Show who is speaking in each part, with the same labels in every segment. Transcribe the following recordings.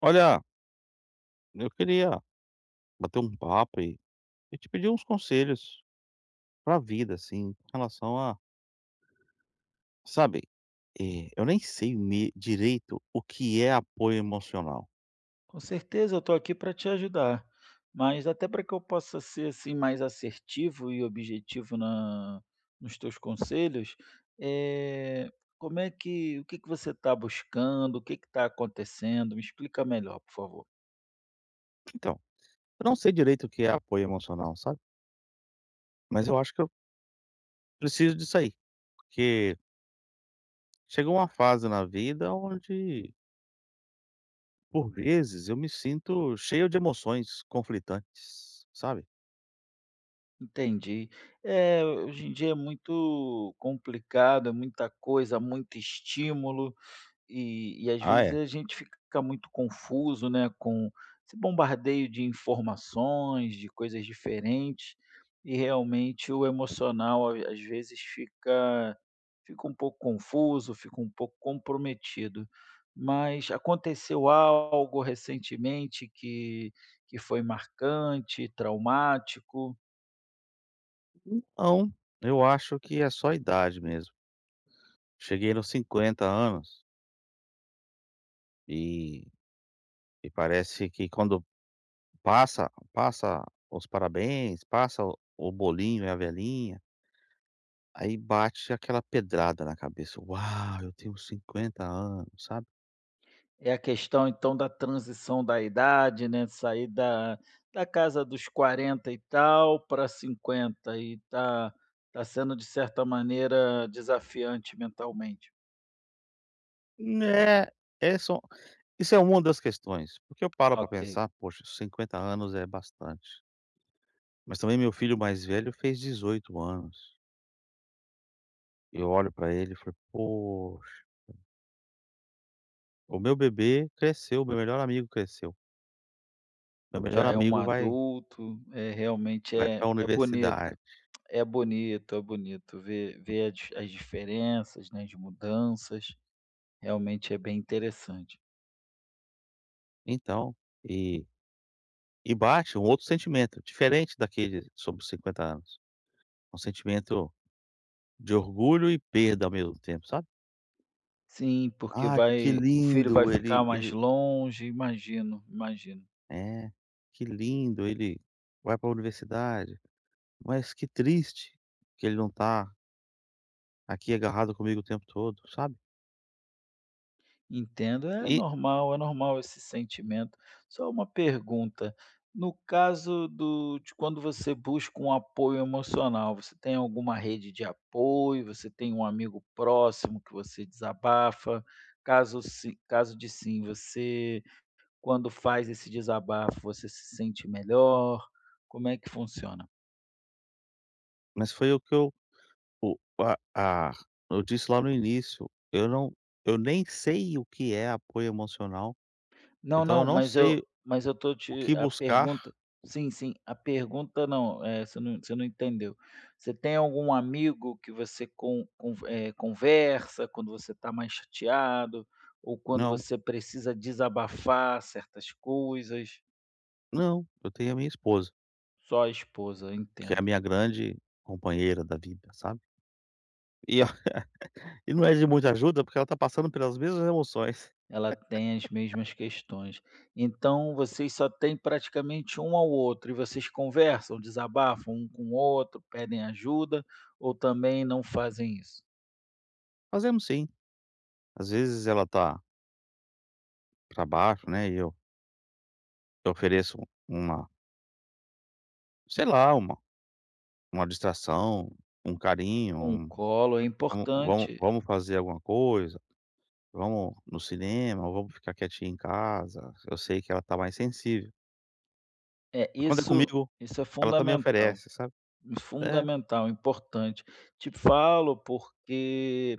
Speaker 1: Olha, eu queria bater um papo e te pedir uns conselhos pra vida, assim, em relação a, sabe, eu nem sei direito o que é apoio emocional.
Speaker 2: Com certeza, eu estou aqui para te ajudar. Mas até para que eu possa ser assim mais assertivo e objetivo na, nos teus conselhos, eh, como é que, o que que você está buscando, o que que está acontecendo? Me explica melhor, por favor.
Speaker 1: Então, eu não sei direito o que é apoio emocional, sabe? Mas eu acho que eu preciso disso aí, porque chegou uma fase na vida onde, por vezes, eu me sinto cheio de emoções conflitantes, sabe?
Speaker 2: Entendi. É, hoje em dia é muito complicado, é muita coisa, muito estímulo. E às
Speaker 1: Ah,
Speaker 2: vezes
Speaker 1: é?
Speaker 2: a gente fica muito confuso, né, com esse bombardeio de informações, de coisas diferentes, e realmente o emocional a às vezes fica fica um pouco confuso, fica um pouco comprometido. Mas aconteceu algo recentemente que foi marcante, traumático?
Speaker 1: Não, eu acho que é só a idade mesmo. Cheguei nos 50 anos e. E parece que quando passa os parabéns, passa o bolinho e a velhinha, aí bate aquela pedrada na cabeça: "Uau, eu tenho 50 anos", sabe.
Speaker 2: É a questão então da transição da idade, né, sair da da casa dos 40 e tal para 50 e tá tá sendo de certa maneira desafiante mentalmente.
Speaker 1: É, é só, isso é uma das questões, porque eu paro pra
Speaker 2: Ok,
Speaker 1: pensar: "Poxa, 50 anos é bastante". Mas também meu filho mais velho fez 18 anos. Eu olho pra ele e falo: "Poxa, o meu bebê cresceu, meu melhor amigo cresceu, meu melhor
Speaker 2: já é um
Speaker 1: amigo vai
Speaker 2: adulto, é realmente
Speaker 1: vai
Speaker 2: é
Speaker 1: para a
Speaker 2: é bonito,
Speaker 1: universidade".
Speaker 2: é bonito, é bonito ver ver as as diferenças, né, as mudanças, realmente é bem interessante.
Speaker 1: Então, e E bate um outro sentimento, diferente daquele sobre os 50 anos. É um sentimento de orgulho e perda ao mesmo tempo, sabe?
Speaker 2: Sim, porque
Speaker 1: "Ah, que
Speaker 2: vai o filho vai
Speaker 1: lindo,
Speaker 2: ficar
Speaker 1: ele
Speaker 2: mais
Speaker 1: ele"
Speaker 2: longe, imagino, imagino.
Speaker 1: é, "que lindo, ele vai para a universidade, mas que triste que ele não tá aqui agarrado comigo o tempo todo", sabe?
Speaker 2: Entendo,
Speaker 1: E,
Speaker 2: é normal esse sentimento. Só uma pergunta, no caso do de quando você busca um apoio emocional, você tem alguma rede de apoio? Você tem um amigo próximo que você desabafa? Caso se, caso de sim, você quando faz esse desabafo, você se sente melhor? Como é que funciona?
Speaker 1: mas foi o que eu, o a eu disse lá no início, eu não, eu nem sei o que é apoio emocional,
Speaker 2: Não,
Speaker 1: então eu
Speaker 2: não,
Speaker 1: não sei
Speaker 2: mas eu tô
Speaker 1: o
Speaker 2: te
Speaker 1: que
Speaker 2: a
Speaker 1: buscar.
Speaker 2: pergunta sim, sim, a pergunta não, você não você não entendeu. Você tem algum amigo que você con con conversa quando você está mais chateado ou quando
Speaker 1: Não.
Speaker 2: você precisa desabafar certas coisas?
Speaker 1: Não, eu tenho a minha esposa,
Speaker 2: Só a esposa,
Speaker 1: que é a
Speaker 2: entendo.
Speaker 1: minha grande companheira da vida, sabe. E a e não é de muita ajuda, porque ela tá passando pelas mesmas emoções.
Speaker 2: Ela tem as mesmas questões. Então vocês só têm praticamente um ao outro e vocês conversam, desabafam um com o outro, pedem ajuda ou também não fazem isso?
Speaker 1: Fazemos sim, às vezes ela tá pra baixo, né, e eu ofereço uma, sei lá, uma distração, um carinho,
Speaker 2: Um
Speaker 1: um,
Speaker 2: colo é
Speaker 1: vamos vamos
Speaker 2: importante.
Speaker 1: vamos fazer alguma coisa, vamos no cinema, ou vamos ficar quietinha em casa, eu sei que ela tá mais sensível.
Speaker 2: É,
Speaker 1: Quando é
Speaker 2: isso
Speaker 1: comigo,
Speaker 2: isso é
Speaker 1: ela também
Speaker 2: fundamental.
Speaker 1: oferece, sabe. É,
Speaker 2: Fundamental, importante. Te falo porque,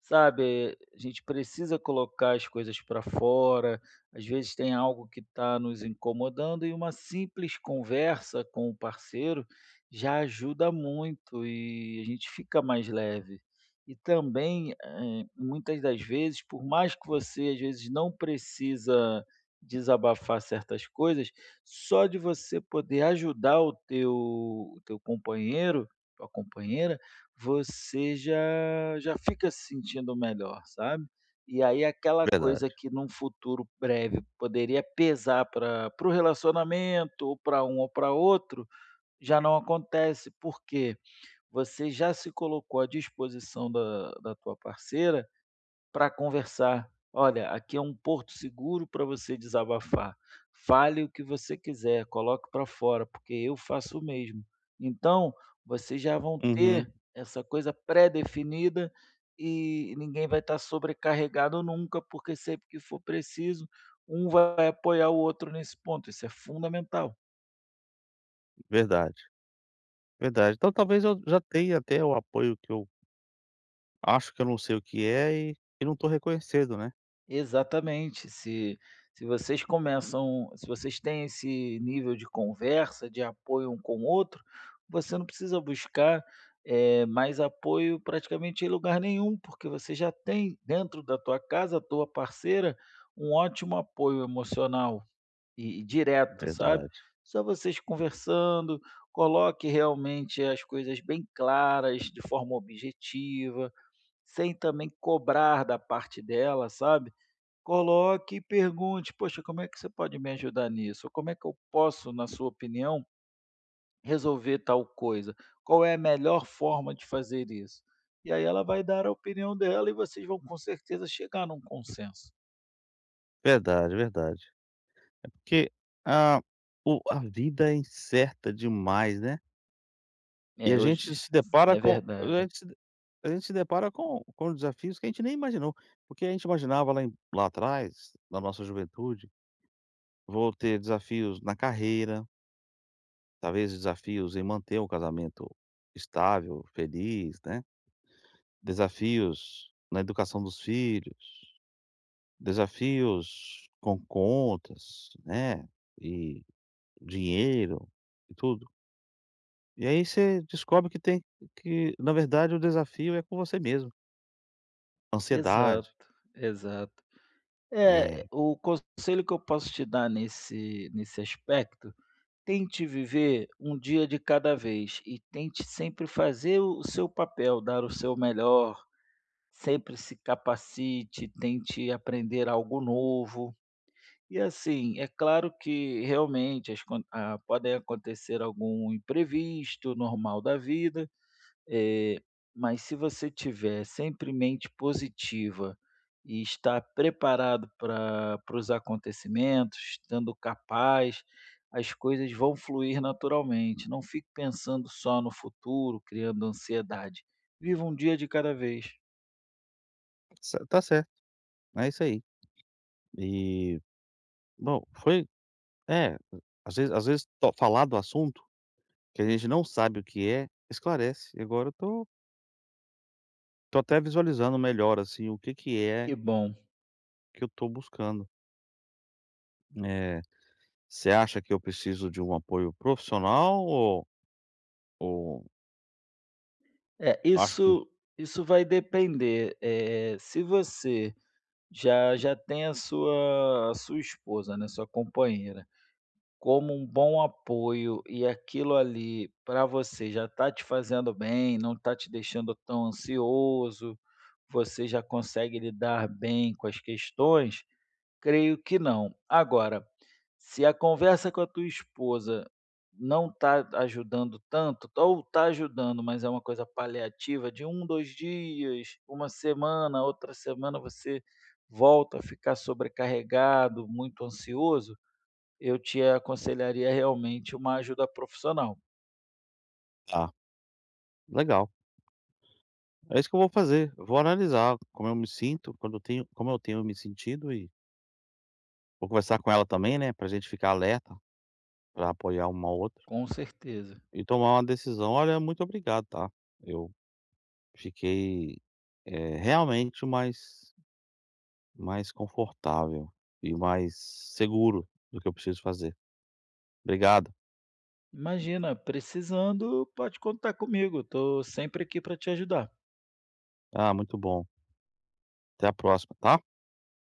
Speaker 2: sabe, a gente precisa colocar as coisas para fora, às vezes tem algo que está nos incomodando e uma simples conversa com o parceiro já ajuda muito e a gente fica mais leve. E também, muitas das vezes, por mais que você às vezes não precisa desabafar certas coisas, só de você poder ajudar o teu companheiro, tua companheira, você já já fica se sentindo melhor, sabe. E aí aquela
Speaker 1: verdade.
Speaker 2: coisa que num futuro breve poderia pesar para para o relacionamento, ou para um ou para outro, já não acontece, porque você já se colocou à disposição da da tua parceira para conversar. Olha, aqui é um porto seguro para você desabafar. Fale o que você quiser, coloque para fora, porque eu faço o mesmo. Então, vocês já vão ter
Speaker 1: Uhum,
Speaker 2: essa coisa pré-definida e ninguém vai estar sobrecarregado nunca, porque sempre que for preciso, um vai apoiar o outro nesse ponto. Isso é fundamental.
Speaker 1: verdade. Verdade. Então talvez eu já tenha até o apoio que eu acho que eu não sei o que é e não estou reconhecendo, né.
Speaker 2: Exatamente. Se se vocês começam se vocês têm esse nível de conversa, de apoio um com o outro, você não precisa buscar, mais apoio praticamente em lugar nenhum, porque você já tem dentro da tua casa, a tua parceira, um ótimo apoio emocional e direto, sabe.
Speaker 1: Verdade.
Speaker 2: Só vocês conversando, coloque realmente as coisas bem claras, de forma objetiva, sem também cobrar da parte dela, sabe. Coloque e pergunte: "Poxa, como é que você pode me ajudar nisso? Ou como é que eu posso, na sua opinião, resolver tal coisa? Qual é a melhor forma de fazer isso?". E aí ela vai dar a opinião dela e vocês vão com certeza chegar num consenso.
Speaker 1: Verdade, verdade. Porque a o a vida é incerta demais, né. E
Speaker 2: É, hoje é verdade.
Speaker 1: a gente se depara com desafios que a gente nem imaginou, porque a gente imaginava lá em lá atrás, na nossa juventude, vou ter desafios na carreira, talvez desafios em manter um casamento estável, feliz, né. Desafios na educação dos filhos, desafios com contas, né, e dinheiro e tudo. E aí você descobre que tem que na verdade o desafio é com você mesmo, ansiedade,
Speaker 2: Exato, exato.
Speaker 1: é,
Speaker 2: É, o conselho que eu posso te dar nesse nesse aspecto, tente viver um dia de cada vez e tente sempre fazer o seu papel, dar o seu melhor, sempre se capacite, tente aprender algo novo. E assim, é claro que realmente as con ah, podem acontecer algum imprevisto, normal da vida, eh, mas se você tiver sempre mente positiva e estar preparado para para os acontecimentos, estando capaz, as coisas vão fluir naturalmente. Não fique pensando só no futuro, criando ansiedade. Viva um dia de cada vez.
Speaker 1: ce tá certo, é isso aí. E, bom, foi, é, às vezes to falar do assunto, que a gente não sabe o que é, esclarece. E agora eu tô até visualizando melhor, assim, o que que
Speaker 2: Que
Speaker 1: é
Speaker 2: bom.
Speaker 1: que eu tô buscando. É. Você acha que eu preciso de um apoio profissional ou,
Speaker 2: É,
Speaker 1: acho que,
Speaker 2: isso isso vai depender, se você já já tem a sua esposa, né, sua companheira, como um bom apoio e aquilo ali para você já está te fazendo bem, não está te deixando tão ansioso, você já consegue lidar bem com as questões, creio que não. Agora, se a conversa com a tua esposa não está ajudando tanto, ou está ajudando, mas é uma coisa paliativa de um, 2 dias, uma semana, outra semana você volta a ficar sobrecarregado, muito ansioso, eu te aconselharia realmente uma ajuda profissional,
Speaker 1: tá, legal. É isso que eu vou fazer. Eu vou analisar como eu me sinto, quando eu tenho como eu tenho me sentido, e vou conversar com ela também, né, pra gente ficar alerta, pra apoiar uma ao outra
Speaker 2: com certeza.
Speaker 1: e tomar uma decisão. Olha, muito obrigado, tá. Eu fiquei, realmente mais confortável e mais seguro do que eu preciso fazer. Obrigado.
Speaker 2: Imagina, precisando, pode contar comigo, estou sempre aqui para te ajudar.
Speaker 1: Ah, muito bom. Até a próxima, tá.